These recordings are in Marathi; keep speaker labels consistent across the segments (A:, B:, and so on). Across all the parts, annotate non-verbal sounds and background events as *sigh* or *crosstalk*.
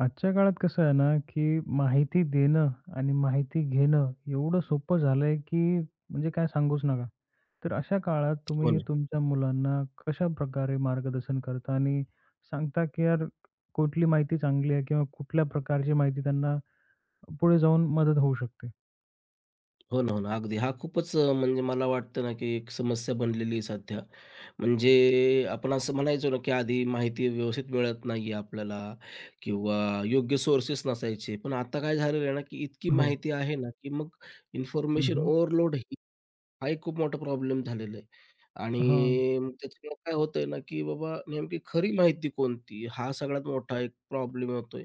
A: आजच्या काळात कसं आहे ना, की माहिती देणं आणि माहिती घेणं एवढं सोपं झालंय, की म्हणजे काय सांगूच नका. तर अशा काळात
B: हो
A: तुम्ही
B: ना.
A: तुमच्या मुलांना कशाप्रकारे मार्गदर्शन करता आणि सांगता, की यार कुठली माहिती चांगली आहे किंवा कुठल्या प्रकारची माहिती त्यांना पुढे जाऊन मदत होऊ शकते?
B: हो ना, हो ना. अगदी. हा खूपच म्हणजे मला वाटतं ना, की एक समस्या बनलेली आहे सध्या. म्हणजे आपण असं म्हणायचो ना, की आधी माहिती व्यवस्थित मिळत नाहीये आपल्याला किंवा योग्य सोर्सेस नसायचे. पण आता काय झालेलं आहे ना, की इतकी
A: हो.
B: माहिती आहे ना, की मग
A: हं,
B: इन्फॉर्मेशन
A: हं.
B: ओव्हरलोड हा एक खूप मोठा प्रॉब्लेम झालेला आहे.
A: हां.
B: आणि मग त्याच्यामुळे काय होतंय ना, की बाबा नेमकी खरी माहिती कोणती? हा सगळ्यात मोठा एक प्रॉब्लेम होतोय.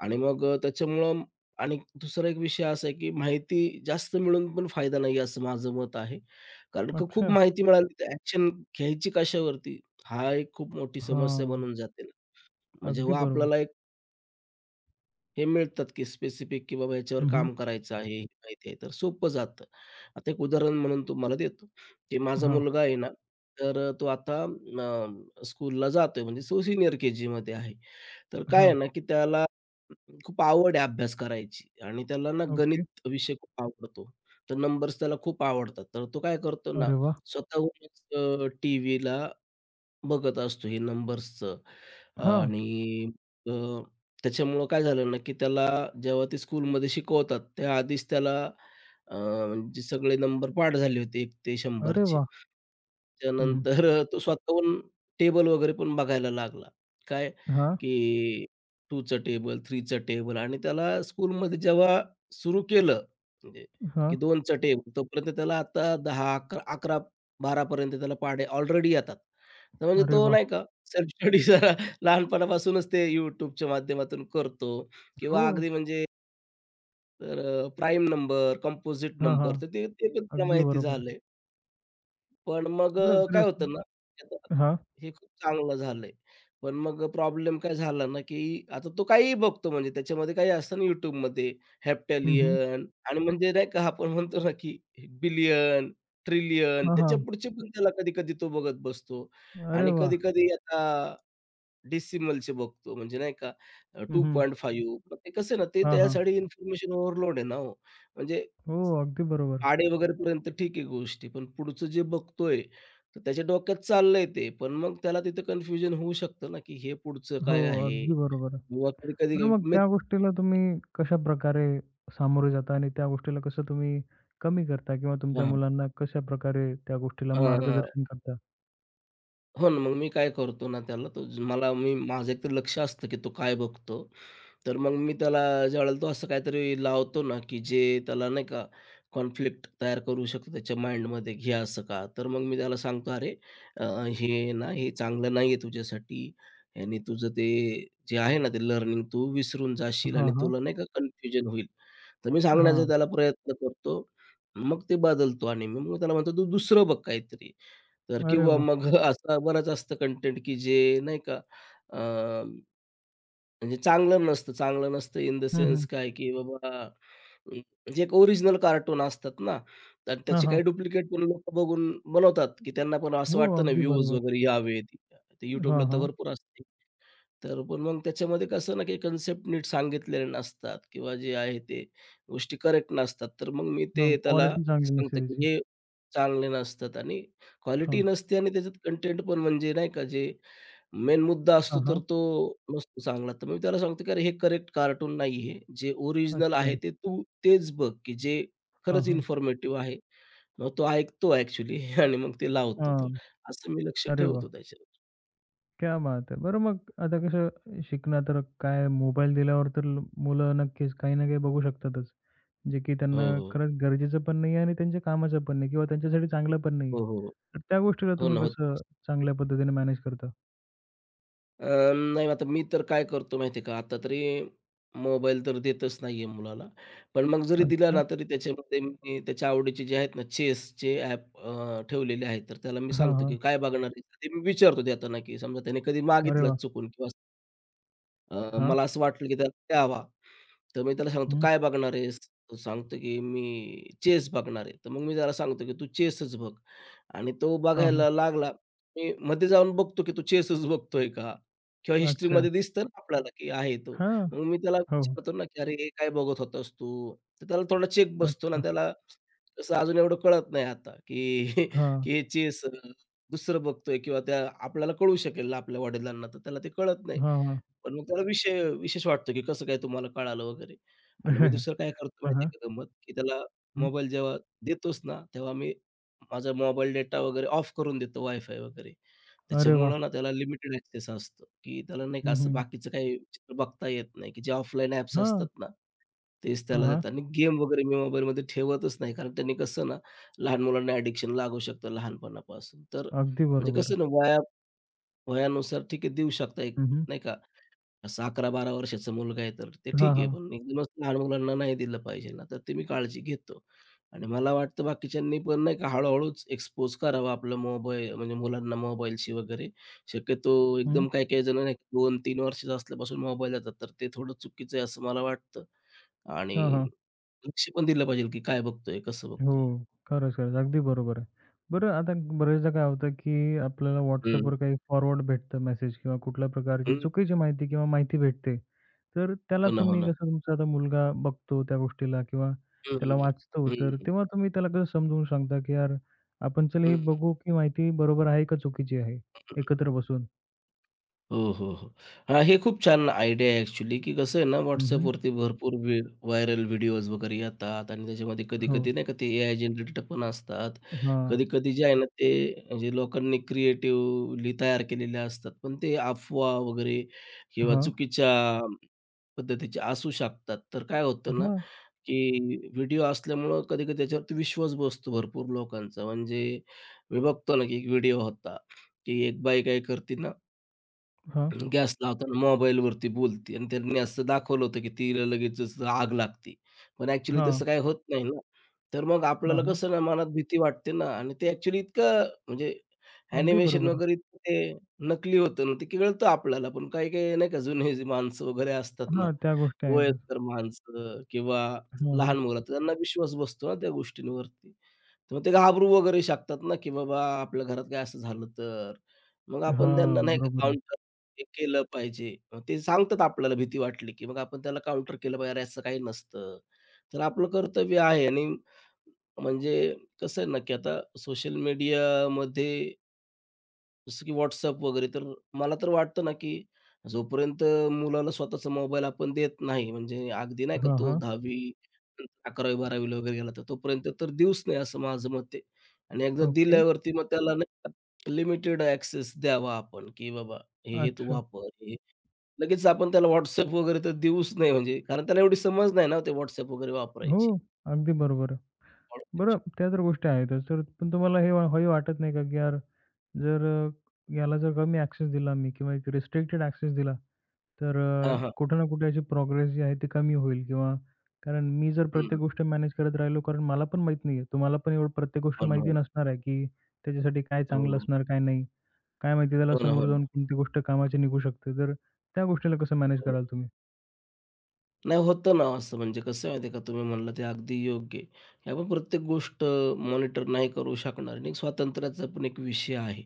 B: आणि मग त्याच्यामुळं आणि दुसरा एक विषय असा आहे, की माहिती जास्त मिळून पण फायदा नाही असं माझं मत आहे. कारण का खूप
A: अच्छा.
B: माहिती मिळाली तर ॲक्शन घ्यायची कशावरती? हा एक खूप मोठी समस्या
A: हां.
B: बनून जाते ना. मग
A: अगदी
B: जेव्हा
A: बरोबर.
B: आपल्याला एक हे मिळतात की स्पेसिफिक की बाबा याच्यावर
A: हं, हं.
B: काम करायचं आहे, हे माहिती आहे, तर सोपं जातं. आता एक उदाहरण म्हणून तुम्हाला देतो, की माझा
A: हां,
B: मुलगा आहे ना, तर तो आता स्कूलला जातोय म्हणजे तो सीनियर के-जीमध्ये आहे. तर काय आहे
A: हां.
B: ना, की त्याला खूप आवड आहे अभ्यास करायची आणि त्याला ना
A: ओके.
B: गणित विषय खूप आवडतो. तर नंबर्स त्याला खूप आवडतात. तर तो काय करतो ना,
A: अरे वाह!
B: स्वतःहूनच टीव्हीला बघत असतो हे नंबर्सचं हं.
A: हां.
B: आणि अ, त्याच्यामुळं काय झालं ना, की त्याला जेव्हा ते स्कूलमध्ये शिकवतात, त्या आधीच त्याला म्हणजे सगळे नंबर पाठ झाले होते 1 ते 100
A: अरे
B: चे.
A: वाह! हं, हं.
B: त्यानंतर तो स्वतःहून टेबल वगैरे पण बघायला लागला. काय
A: हां,
B: की 2 चं टेबल, 3 चं टेबल आणि त्याला स्कूलमध्ये जेव्हा सुरू केलं म्हणजे
A: हां.
B: की 2 टेबल, तोपर्यंत त्याला आता 10, 11, 11-12 त्याला पाढे ऑलरेडी येतात. तर म्हणजे
A: अरे
B: तो
A: वाह!
B: नाही का सेल्फ स्टडी *laughs* जरा लहानपणापासूनच ते YouTubeच्या माध्यमातून करतो
A: हो.
B: किंवा अगदी म्हणजे तर प्राईम नंबर, कंपोझिट
A: हां, हां.
B: नंबर तर ते ते पण त्याला
A: अगदी
B: माहिती
A: बरोबर.
B: झालंय. पण मग
A: बरं
B: काय
A: खरंच
B: होतं ना, आता
A: हां.
B: हे खूप चांगलं झालंय. पण मग प्रॉब्लेम काय झाला ना, की आता तो काहीही बघतो म्हणजे त्याच्यामध्ये काही असतं ना YouTubeमध्ये
A: हं, हं.
B: हेप्टॅलियन आणि म्हणजे नाही का आपण म्हणतो ना, की बिलियन, ट्रिलियन
A: हां,
B: त्याच्या
A: हां.
B: पुढचे पण त्याला कधी-कधी तो बघत बसतो
A: अरे
B: आणि
A: वाह!
B: कधी-कधी आता डेसिमलचे बघतो म्हणजे नाही का
A: हं, हं.
B: 2.5 मग ते कसं ना ते
A: हां, हां.
B: त्यासाठी इन्फॉर्मेशन ओव्हरलोड आहे ना हो. म्हणजे
A: हो, अगदी बरोबर.
B: आडे वगैरेपर्यंत ठीक आहे गोष्टी, पण पुढचं जे बघतोय तर त्याच्या डोक्यात चाललंय ते. पण मग त्याला तिथं कन्फ्युजन होऊ शकतं ना, की हे पुढचं
A: हो,
B: काय आहे?
A: अगदी बरोबर.
B: किंवा कधी-कधी
A: बरं मग
B: मी
A: त्या गोष्टीला तुम्ही कशाप्रकारे सामोरे जाता आणि त्या गोष्टीला कसं तुम्ही कमी करता किंवा तुमच्या
B: हां, हां.
A: मुलांना कशाप्रकारे त्या गोष्टीला
B: हां,
A: मार्गदर्शन करता?
B: हो ना, मग मी काय करतो ना त्याला तो मला मी माझं एकतर लक्ष असतं, की तो काय बघतो तर मग मी त्याला ज्यावेळेला तो असं काहीतरी लावतो ना, की जे त्याला नाही का कॉन्फ्लिक्ट तयार करू शकतो त्याच्या माइंडमध्ये, "हे असं का?" तर मग मी त्याला सांगतो, "अरे अ, हे ना हे चांगलं नाही आहे तुझ्यासाठी. ह्याने तुझं ते जे आहे ना, ते लर्निंग तू विसरून जाशील
A: हां,
B: आणि
A: हां.
B: तुला नाही का कन्फ्युजन होईल." तर मी सांगण्याचा
A: हां.
B: त्याला प्रयत्न करतो. मग ते बदलतो आणि मी मग त्याला म्हणतो, "तू दुसरं बघ काहीतरी." तर
A: अरे
B: किंवा
A: वाह!
B: मग *laughs* असं बरंच असतं कंटेंट, की जे नाही का म्हणजे चांगलं नसतं, चांगलं नसतं इन द
A: हं, हं.
B: सेन्स काय, की बाबा जे एक ओरिजिनल कार्टून असतात ना, तर
A: हां,
B: त्याचे
A: हां.
B: काही डुप्लिकेट पण लोकं बघून बनवतात, की त्यांना पण असं
A: हो,
B: वाटतं ना
A: अगदी
B: व्ह्यूज
A: बरोबर.
B: वगैरे यावेत. ते
A: हां,
B: YouTubeला तर
A: हां.
B: भरपूर असतं. तर पण मग त्याच्यामध्ये कसं ना, की कन्सेप्ट नीट सांगितलेले नसतात किंवा जे आहे ते गोष्टी करेक्ट नसतात. तर मग मी
A: हां,
B: ते त्याला
A: क्वालिटी चांगली नसते
B: सांगतो,
A: त्याची.
B: की हे चांगले नसतात आणि
A: हां.
B: क्वालिटी नसते आणि त्याच्यात कंटेंट पण म्हणजे नाही का, जे मेन मुद्दा
A: हां,
B: असतो तर
A: हां.
B: तो नसतो चांगला. तर मी त्याला सांगतो, की "अरे हे करेक्ट कार्टून नाहीये. जे ओरिजिनल आहे
A: अच्छा.
B: ते तू तेच बघ, की जे
A: हां,
B: खरंच
A: हां.
B: इन्फॉर्मेटिव्ह आहे." मग तो ऐकतो ॲक्चुअली *laughs* आणि मग ते लावतो. तर
A: हां.
B: असं मी लक्ष
A: अरे वाह!
B: ठेवतो त्याच्यावर.
A: क्या बात है! बरं मग आता कसं शिकणं तर काय मोबाईल दिल्यावर तर मुलं नक्कीच काही ना काही बघू शकतातच. जे की
B: हो,
A: त्यांना
B: हो.
A: खरंच गरजेचं पण नाही आहे आणि त्यांच्या कामाचं पण नाही किंवा त्यांच्यासाठी चांगलं पण नाही
B: हो,
A: आहे.
B: हो.
A: तर त्या गोष्टीला
B: हो
A: तुम्ही
B: ना, होतं
A: कसं
B: असं.
A: चांगल्या पद्धतीने मॅनेज करता?
B: अ, नाही आता मी तर काय करतो माहिती का, आता तरी मोबाईल तर देतच नाहीये मुलाला. पण मग जरी दिला
A: अच्छा.
B: ना, तरी त्याच्यामध्ये मी त्याच्या आवडीचे जे आहेत ना, चेसचे ॲप ठेवलेले आहेत. तर त्याला मी
A: हां,
B: सांगतो,
A: हां.
B: की काय बघणार आहे? ते मी विचारतो देताना, की समजा त्याने कधी
A: अरे वाह!
B: मागितलाच चुकून किंवा
A: हां.
B: मला असं वाटलं की त्याला द्यावा. तर मी त्याला सांगतो,
A: हं.
B: "काय बघणार आहेस?" तो सांगतो की "मी चेस बघणार आहे." तर मग मी त्याला सांगतो की "तू चेसच बघ." आणि तो
A: हां, हां.
B: बघायला लागला. मी मध्ये जाऊन बघतो की तो चेसच बघतोय का? किंवा
A: अच्छा.
B: हिस्ट्रीमध्ये दिसतं ना आपल्याला की आहे तो.
A: हां.
B: मग मी त्याला
A: हो. हो.
B: विचारतो ना की "अरे, हे काय बघत होतास तू?" तर त्याला थोडा चेक बसतो ना.
A: अच्छा.
B: त्याला कसं अजून एवढं कळत नाही आता की *laughs*
A: हां.
B: की हे चेस दुसरं बघतोय किंवा त्या आपल्याला कळू शकेल ना आपल्या वडिलांना, तर त्याला ते कळत नाही.
A: हां, हां.
B: पण मग त्याला विषय विशेष वाटतो, की कसं काय तुम्हाला कळालं वगैरे आणि मी दुसरं काय करतो
A: हां, हां.
B: माहिती
A: हं. *laughs*
B: आहे का गंमत, की त्याला मोबाईल जेव्हा देतोच ना, तेव्हा मी माझा मोबाईल डेटा वगैरे ऑफ करून देतो, वायफाय वगैरे.
A: अरे वाह!
B: त्याच्यामुळं ना त्याला लिमिटेड ॲक्सेस असतो, की त्याला नाही का
A: हं,
B: असं
A: हं.
B: बाकीचं काही चित्र बघता येत नाही, की जे ऑफलाईन ॲप्स असतात
A: हां.
B: ना, तेच त्याला
A: हां,
B: देतात आणि गेम वगैरे मी मोबाईलमध्ये ठेवतच नाही. कारण त्यांनी कसं ना, लहान मुलांना ॲडिक्शन लागू शकतं लहानपणापासून. तर
A: अगदी
B: म्हणजे
A: बरोबर.
B: कसं ना, वयानुसार ठीक आहे देऊ शकता एक
A: हं, हं.
B: नाही का असं 11-12 वर्षाचा मुलगा आहे तर ते
A: हां,
B: ठीक आहे,
A: हां.
B: पण एकदमच लहान मुलांना नाही दिलं पाहिजे ना, तर ते मी काळजी घेतो. आणि मला वाटतं बाकीच्यांनी पण नाही का हळू-हळूच एक्सपोज करावा आपला मोबाईल म्हणजे मुलांना मोबाईलशी वगैरे. शक्यतो
A: हं.
B: एकदम काही-काही जण नाही 2-3 वर्षाचं असल्यापासून मोबाईल देतात, तर ते थोडं चुकीचं आहे असं मला वाटतं. आणि
A: हां,
B: लक्ष पण दिलं पाहिजे की काय बघतोय, कसं बघतोय.
A: हो. खरंच, खरंच. अगदी बरोबर आहे. बरं आता बरेचदा काय होतं, की आपल्याला
B: हं,
A: WhatsAppवर काही फॉरवर्ड भेटतं मेसेज किंवा कुठल्या प्रकारची
B: हं.
A: चुकीची माहिती किंवा माहिती भेटते. तर त्याला
B: हो ना, हो
A: तुम्ही
B: ना.
A: कसं तुमचा आता मुलगा बघतो त्या गोष्टीला किंवा
B: हं,
A: त्याला
B: हं, हं.
A: वाचतो, तर तेव्हा तुम्ही त्याला कसं समजवून सांगता, की "यार, आपण चल हे बघू, की माहिती बरोबर आहे का चुकीची आहे?" एकत्र बसून.
B: हो, हो, हो. हां, हे खूप छान आयडिया आहे ॲक्चुअली, की कसं आहे ना
A: हं,
B: WhatsAppवरती भरपूर व्हायरल व्हिडिओज वगैरे येतात आणि त्याच्यामध्ये
A: हो.
B: कधी-कधी नाही का ते एआय जनरेटेड पण असतात.
A: हां.
B: कधी-कधी जे आहे ना ते म्हणजे लोकांनी क्रिएटिव्हली तयार केलेले असतात. पण ते अफवा वगैरे किंवा
A: हां.
B: चुकीच्या पद्धतीचे असू शकतात. तर काय होतं ना,
A: हां.
B: की व्हिडिओ असल्यामुळं कधी-कधी त्याच्यावरती विश्वास बसतो भरपूर लोकांचा. म्हणजे मी बघतो ना, की एक व्हिडिओ होता, की एक बाई काय करते ना
A: हां.
B: गॅस लावताना मोबाईलवरती बोलते आणि त्यांनी असं दाखवलं होतं, की तिला लगेचच आग लागते. पण ॲक्चुअली
A: हां.
B: तसं काही होत नाही ना. तर मग
A: हां,
B: आपल्याला
A: हां.
B: कसं ना मनात भीती वाटते ना आणि ते ॲक्चुअली इतकं म्हणजे
A: अगदी
B: ॲनिमेशन
A: बरोबर.
B: वगैरे इतकं ते नकली होतं ना, ते कळतं आपल्याला. पण काही-काही नाही का जुने जे माणसं वगैरे असतात ना,
A: हां, त्या गोष्टी आहेतच.
B: वयस्कर माणसं किंवा
A: हां, हां.
B: लहान मुलं, तर त्यांना विश्वास बसतो ना त्या गोष्टींवरती. तर मग ते घाबरू वगैरे शकतात ना, की बाबा आपल्या घरात काय असं झालं तर. मग आपण
A: हां,
B: त्यांना नाही का
A: बरोबर आहे.
B: काउंटर हे केलं पाहिजे. मग ते सांगतात आपल्याला भीती वाटली, की मग आपण त्याला काउंटर केलं पाहिजे, "अरे असं काही नसतं." तर आपलं कर्तव्य आहे आणि म्हणजे कसं आहे ना, की आता सोशल मीडियामध्ये जसं की WhatsApp वगैरे. तर मला तर वाटतं ना, की जोपर्यंत मुलाला स्वतःचा मोबाईल आपण देत नाही, म्हणजे अगदी नाही का
A: हां,
B: तो
A: हां.
B: 10वी, 11वी-12वी ला वगैरे गेला, तर तोपर्यंत तर देऊच नाही असं माझं मत आहे. आणि एकदा
A: ओके.
B: दिल्यावरती मग त्याला नाही लिमिटेड ॲक्सेस द्यावा आपण, की बाबा हे, हे तू
A: अच्छा.
B: वापर. हे लगेच आपण त्याला WhatsApp वगैरे तर देऊच नाही म्हणजे कारण त्याला एवढी समज नाही ना हो ते WhatsApp वगैरे
A: हो,
B: वापरायची.
A: अगदी बरोबर आहे. बरं त्या तर गोष्टी आहेतच. तर पण तुम्हाला हे हे वाटत नाही का, की यार जर याला जर कमी ॲक्सेस दिला मी किंवा एक रिस्ट्रिक्टेड ॲक्सेस दिला, तर
B: हां, हां.
A: कुठे ना कुठे याची प्रोग्रेस जी आहे ती कमी होईल किंवा कारण मी जर
B: हं,
A: प्रत्येक गोष्ट मॅनेज करत राहिलो, कारण मला पण माहीत नाहीये. तुम्हाला पण एवढं प्रत्येक गोष्ट
B: हो ना, हो
A: माहिती
B: ना.
A: नसणार आहे, की त्याच्यासाठी काय चांगलं
B: हो,
A: असणार, काय नाही. काय माहिती त्याला
B: हो ना,
A: समोर
B: हो
A: जाऊन
B: ना.
A: कोणती गोष्ट कामाची निघू शकते. तर त्या गोष्टीला कसं मॅनेज
B: हो.
A: कराल तुम्ही?
B: नाही, होतं ना असं. म्हणजे कसं आहे माहिती आहे का, तुम्ही म्हणला ते अगदी योग्य आहे. आपण प्रत्येक गोष्ट मॉनिटर नाही करू शकणार आणि एक स्वातंत्र्याचा पण एक विषय आहे,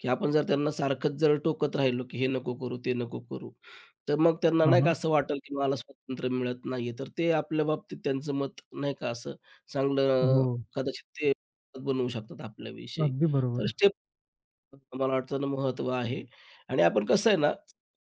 B: की आपण जर त्यांना सारखंच जर टोकत राहिलो, की हे नको करू, ते नको करू, तर मग त्यांना
A: हां,
B: नाही का
A: हां.
B: असं वाटेल, की मला स्वातंत्र्य मिळत नाही तर ते आपल्या बाबतीत त्यांचं मत नाही का असं
A: हो.
B: चांगलं कदाचित ते बनवू शकतात आपल्याविषयी.
A: अगदी
B: तर
A: बरोबर.
B: स्टेप मला वाटतं ना महत्त्व आहे आणि आपण कसं आहे ना,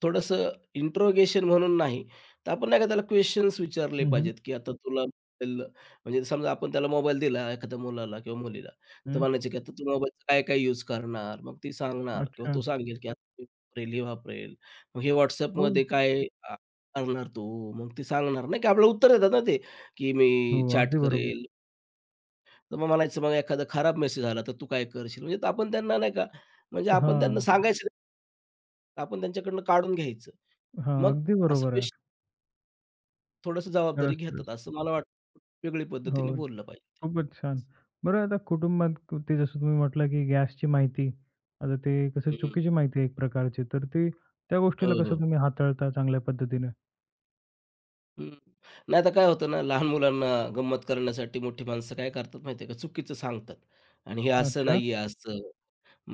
B: थोडंसं इंट्रोगेशन म्हणून नाही, तर आपण नाही का त्याला क्वेशन्स विचारले
A: हं, हं.
B: पाहिजेत, की आता तुला मोबाईल म्हणजे समजा आपण त्याला मोबाईल दिला एखाद्या मुलाला किंवा मुलीला, तर
A: हं.
B: म्हणायचं की आता तू मोबाईलचा काय-काय यूज करणार? मग ती सांगणार किंवा
A: अच्छा.
B: तो सांगेल की आता हे वापरेल, हे वापरेल. मग हे
A: हो,
B: WhatsAppमध्ये काय अ, करणार तू? मग ती सांगणार नाही का आपल्याला उत्तर देतात ना ते, की
A: हो.
B: मी चॅट
A: अगदी बरोबर.
B: करेल. तर मग म्हणायचं, "मग एखादा खराब मेसेज आला तर तू काय करशील?" म्हणजे तर आपण त्यांना नाही का, म्हणजे आपण त्यांना
A: हां,
B: सांगायचं नाही, आपण त्यांच्याकडनं काढून घ्यायचं.
A: हां.
B: मग
A: अगदी
B: असं
A: बरोबर
B: ते
A: आहे.
B: थोडंसं जबाबदारी
A: खरंच, खरंच.
B: घेतात, असं मला वाटतं वेगळी
A: हो,
B: पद्धतीने बोललं पाहिजे.
A: खूपच छान. बरं आता कुटुंबात ते जसं तुम्ही म्हटलं, की गॅसची माहिती आता ते कसं
B: हं,
A: चुकीची माहिती आहे एक प्रकारची, तर ती त्या
B: हो,
A: गोष्टीला
B: हो.
A: कसं तुम्ही हाताळता चांगल्या पद्धतीने?
B: हं. नाहीतर काय होतं ना, लहान मुलांना गंमत करण्यासाठी मोठी माणसं काय करतात माहिती का, चुकीचं सांगतात आणि हे असं
A: अच्छा.
B: नाहीये, असं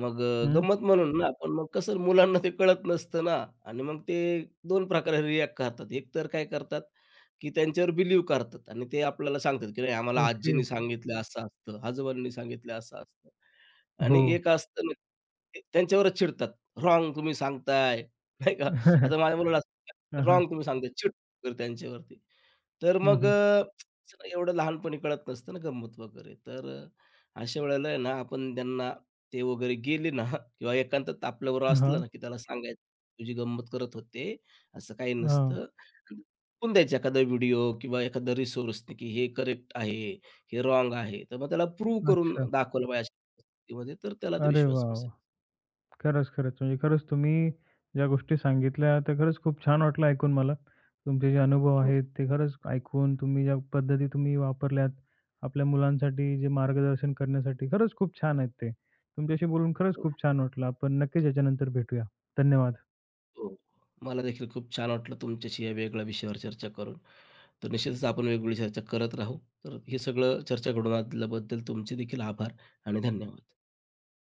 B: मग
A: हं.
B: गंमत म्हणून ना, पण मग कसं मुलांना ते कळत नसतं ना आणि मग ते 2 प्रकारे रिएक्ट करतात. एक तर काय करतात, की त्यांच्यावर बिलीव्ह करतात आणि ते आपल्याला सांगतात, की नाही आम्हाला
A: ओके.
B: आजीनी सांगितलं असं असतं, आजोबांनी सांगितलं असं असतं.
A: हो.
B: आणि एक असतं ना, ते त्यांच्यावरच चिडतात. रॉंग तुम्ही सांगताय, *laughs* नाही का? आता
A: *laughs*
B: माझ्या
A: हां,
B: मुलाला
A: हां.
B: रॉंग तुम्ही सांगताय, चिडतो त्यांच्यावरती. तर
A: हं,
B: मग
A: हं.
B: *tsk* एवढं लहानपणी कळत नसतं ना गंमत वगैरे. तर अशा वेळेला आहे ना आपण त्यांना ते वगैरे गेले ना *laughs* किंवा एकांतात आपल्याबरोबर असलं
A: हां,
B: ना, की त्याला सांगायचं, "तुझी गंमत करत होते, असं काही नसतं."
A: हां.
B: आणि दाखवून द्यायचा एखादा व्हिडिओ किंवा एखादा रिसोर्सने, की हे करेक्ट आहे, हे रॉंग आहे. तर मग त्याला प्रूव्ह करून
A: अच्छा.
B: दाखवलं पाहिजे गोष्टीमध्ये, तर त्याला ते
A: अरे
B: विश्वास
A: वाह! वाह!
B: बसेल.
A: खरंच, खरंच. म्हणजे खरंच तुम्ही ज्या गोष्टी सांगितल्या त्या खरंच खूप छान वाटलं ऐकून मला. तुमचे जे अनुभव
B: हो,
A: आहेत ते खरंच ऐकून तुम्ही ज्या पद्धती तुम्ही वापरल्यात आपल्या मुलांसाठी जे मार्गदर्शन करण्यासाठी खरंच खूप छान आहेत ते. तुमच्याशी बोलून खरंच
B: हो,
A: खूप छान वाटलं. आपण नक्कीच याच्यानंतर भेटूया. धन्यवाद.
B: हो. मला देखील खूप छान वाटलं तुमच्याशी या वेगळ्या विषयावर चर्चा करून. तर निश्चितच आपण वेगवेगळी चर्चा करत राहू. तर हे सगळं चर्चा घडवून आणल्याबद्दल तुमचे देखील आभार आणि धन्यवाद.